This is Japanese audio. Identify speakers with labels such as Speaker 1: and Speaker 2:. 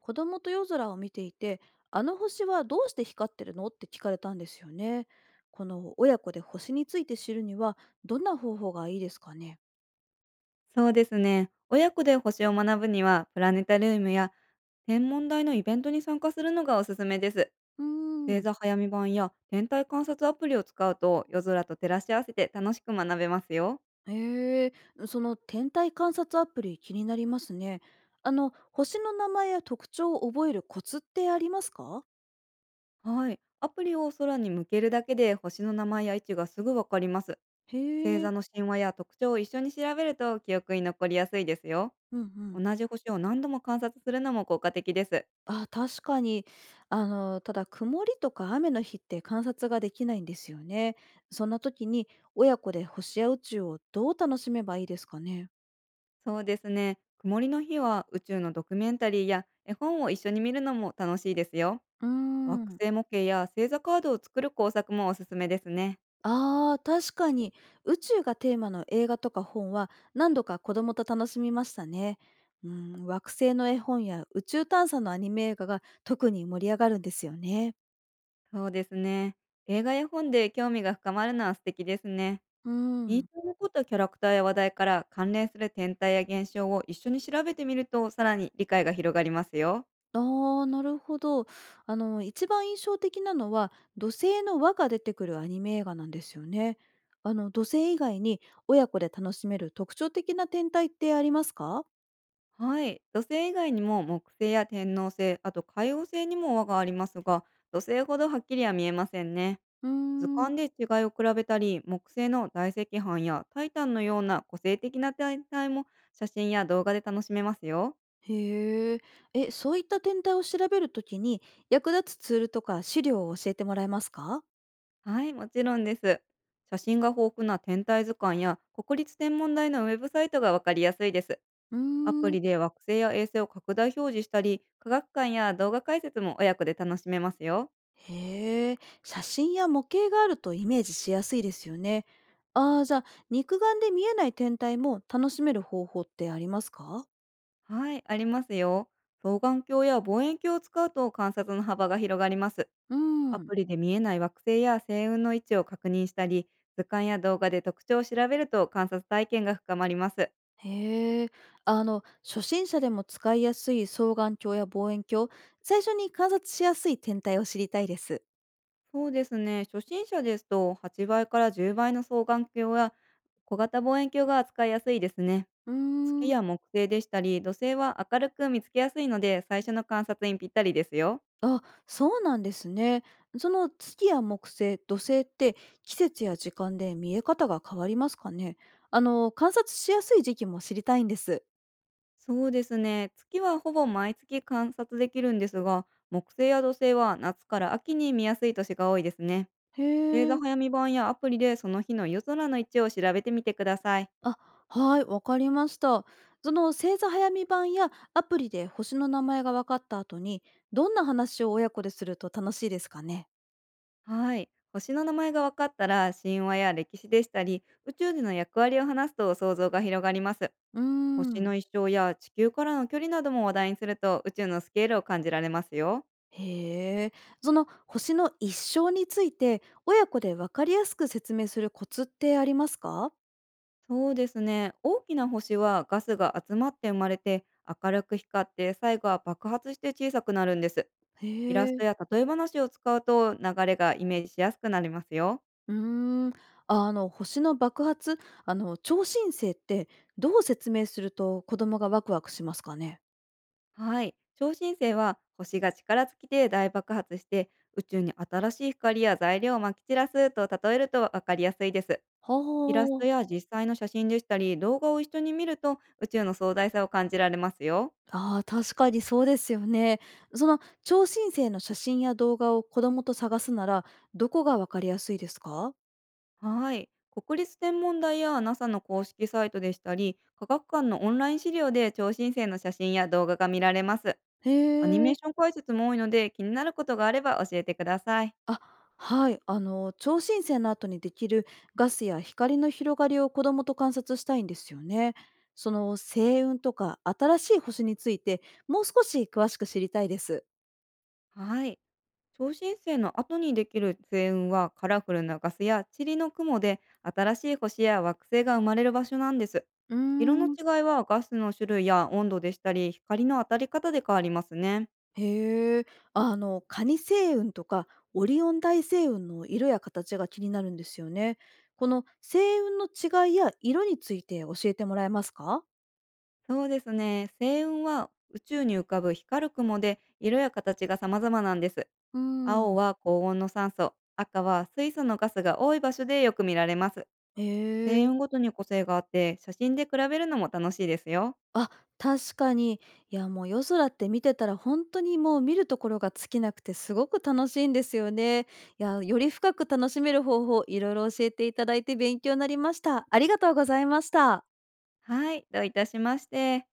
Speaker 1: 子供と夜空を見ていて、あの星はどうして光ってるのって聞かれたんですよね。この親子で星について知るには、どんな方法がいいですかね。
Speaker 2: そうですね。親子で星を学ぶには、プラネタリウムや天文台のイベントに参加するのがおすすめです。
Speaker 1: うー
Speaker 2: 星
Speaker 1: ん。
Speaker 2: 座早見版や天体観察アプリを使うと、夜空と照らし合わせて楽しく学べますよ。
Speaker 1: へえ、その天体観察アプリ気になりますね。あの、星の名前や特徴を覚えるコツってありますか？
Speaker 2: はい。アプリを空に向けるだけで星の名前や位置がすぐわかります。星
Speaker 1: へえ、
Speaker 2: 座の神話や特徴を一緒に調べると記憶に残りやすいですよ。
Speaker 1: うんう
Speaker 2: 同
Speaker 1: ん。
Speaker 2: じ星を何度も観察するのも効果的です。
Speaker 1: あ、確かに。あの、ただ曇りとか雨の日って観察ができないんですよね。そんな時に親子で星や宇宙をどう楽しめばいいですかね。
Speaker 2: そうですね。曇りの日は宇宙のドキュメンタリーや絵本を一緒に見るのも楽しいですよ。
Speaker 1: うー
Speaker 2: 惑
Speaker 1: ん。
Speaker 2: 星模型や星座カードを作る工作もおすすめですね。
Speaker 1: ああ、確かに。宇宙がテーマの映画とか本は何度か子供と楽しみましたね。うん、惑星の絵本や宇宙探査のアニメ映画が特に盛り上がるんですよね。
Speaker 2: そうですね。映画や本で興味が深まるのは素敵ですね。
Speaker 1: う
Speaker 2: 印
Speaker 1: ん。
Speaker 2: 象に残ったキャラクターや話題から関連する天体や現象を一緒に調べてみると、さらに理解が広がりますよ。
Speaker 1: ああ、なるほど。あの、一番印象的なのは、土星の輪が出てくるアニメ映画なんですよね。あの、土星以外に親子で楽しめる特徴的な天体ってありますか？
Speaker 2: はい。土星以外にも木星や天王星、あと海王星にも輪がありますが、土星ほどはっきりは見えませんね。
Speaker 1: うー
Speaker 2: 図
Speaker 1: ん。
Speaker 2: 鑑で違いを比べたり、木星の大石斑やタイタンのような個性的な天体も写真や動画で楽しめますよ。
Speaker 1: へえ。え、そういった天体を調べるときに役立つツールとか資料を教えてもらえますか？
Speaker 2: はい、もちろんです。写真が豊富な天体図鑑や国立天文台のウェブサイトがわかりやすいです。
Speaker 1: うー
Speaker 2: アプ
Speaker 1: ん。
Speaker 2: リで惑星や衛星を拡大表示したり、科学館や動画解説も親子で楽しめますよ。
Speaker 1: へえ。写真や模型があるとイメージしやすいですよね。ああ、じゃあ、肉眼で見えない天体も楽しめる方法ってありますか？
Speaker 2: はい、ありますよ。双眼鏡や望遠鏡を使うと観察の幅が広がります。
Speaker 1: う
Speaker 2: ア
Speaker 1: ん。
Speaker 2: プリで見えない惑星や星雲の位置を確認したり、図鑑や動画で特徴を調べると観察体験が深まります。
Speaker 1: へえ。あの、初心者でも使いやすい双眼鏡や望遠鏡、最初に観察しやすい天体を知りたいです。
Speaker 2: そうですね。初心者ですと、8倍から10倍の双眼鏡や小型望遠鏡が扱いやすいですね。
Speaker 1: うー
Speaker 2: 月
Speaker 1: ん。
Speaker 2: や木星でしたり、土星は明るく見つけやすいので、最初の観察にぴったりですよ。
Speaker 1: あ、そうなんですね。その月や木星、土星って季節や時間で見え方が変わりますかね。あの、観察しやすい時期も知りたいんです。
Speaker 2: そうですね。月はほぼ毎月観察できるんですが、木星や土星は夏から秋に見やすい年が多いですね。
Speaker 1: へ
Speaker 2: 星座
Speaker 1: え。
Speaker 2: 早見版やアプリで、その日の夜空の位置を調べてみてください。
Speaker 1: あ、はい、わかりました。その星座早見版やアプリで星の名前が分かった後に、どんな話を親子ですると楽しいですかね。
Speaker 2: はい。星の名前が分かったら、神話や歴史でしたり、宇宙での役割を話すと想像が広がります。
Speaker 1: うー
Speaker 2: 星
Speaker 1: ん。
Speaker 2: の一生や地球からの距離なども話題にすると、宇宙のスケールを感じられますよ。
Speaker 1: へえ。その星の一生について、親子で分かりやすく説明するコツってありますか？
Speaker 2: そうですね。大きな星はガスが集まって生まれて、明るく光って最後は爆発して小さくなるんです。
Speaker 1: へ
Speaker 2: イラスト
Speaker 1: え。
Speaker 2: や例え話を使うと、流れがイメージしやすくなりますよ。
Speaker 1: うーん。あの、星の爆発、あの、超新星ってどう説明すると子供がワクワクしますかね。
Speaker 2: はい。超新星は星が力尽きて大爆発して、宇宙に新しい光や材料をまき散らすと例えると分かりやすいです。
Speaker 1: は
Speaker 2: イラスト
Speaker 1: あ。
Speaker 2: や実際の写真でしたり、動画を一緒に見ると宇宙の壮大さを感じられますよ。
Speaker 1: ああ、確かにそうですよね。その超新星の写真や動画を子供と探すなら、どこがわかりやすいですか？
Speaker 2: はい。国立天文台や NASA の公式サイトでしたり、科学館のオンライン資料で超新星の写真や動画が見られます。
Speaker 1: へ
Speaker 2: アニメー
Speaker 1: え。
Speaker 2: ション解説も多いので、気になることがあれば教えてください。
Speaker 1: あ、はい。あの、超新星の後にできるガスや光の広がりを子供と観察したいんですよね。その星雲とか新しい星について、もう少し詳しく知りたいです。
Speaker 2: はい。超新星の後にできる星雲は、カラフルなガスや塵の雲で、新しい星や惑星が生まれる場所なんです。
Speaker 1: うー
Speaker 2: 色の
Speaker 1: ん。
Speaker 2: 違いはガスの種類や温度でしたり、光の当たり方で変わりますね。
Speaker 1: へえ、あの、カニ星雲とかオリオン大星雲の色や形が気になるんですよね。この星雲の違いや色について教えてもらえますか？
Speaker 2: そうですね。星雲は宇宙に浮かぶ光る雲で、色や形が様々なんです。
Speaker 1: うん。
Speaker 2: 青は高温の酸素、赤は水素のガスが多い場所でよく見られます。
Speaker 1: へ
Speaker 2: 星
Speaker 1: え、
Speaker 2: 雲ごとに個性があって、写真で比べるのも楽しいですよ。
Speaker 1: あ、確かに。いや、もう夜空って見てたら本当にもう見るところが尽きなくてすごく楽しいんですよね。いや、より深く楽しめる方法いろいろ教えていただいて勉強になりました。ありがとうございました。
Speaker 2: はい、どういたしまして。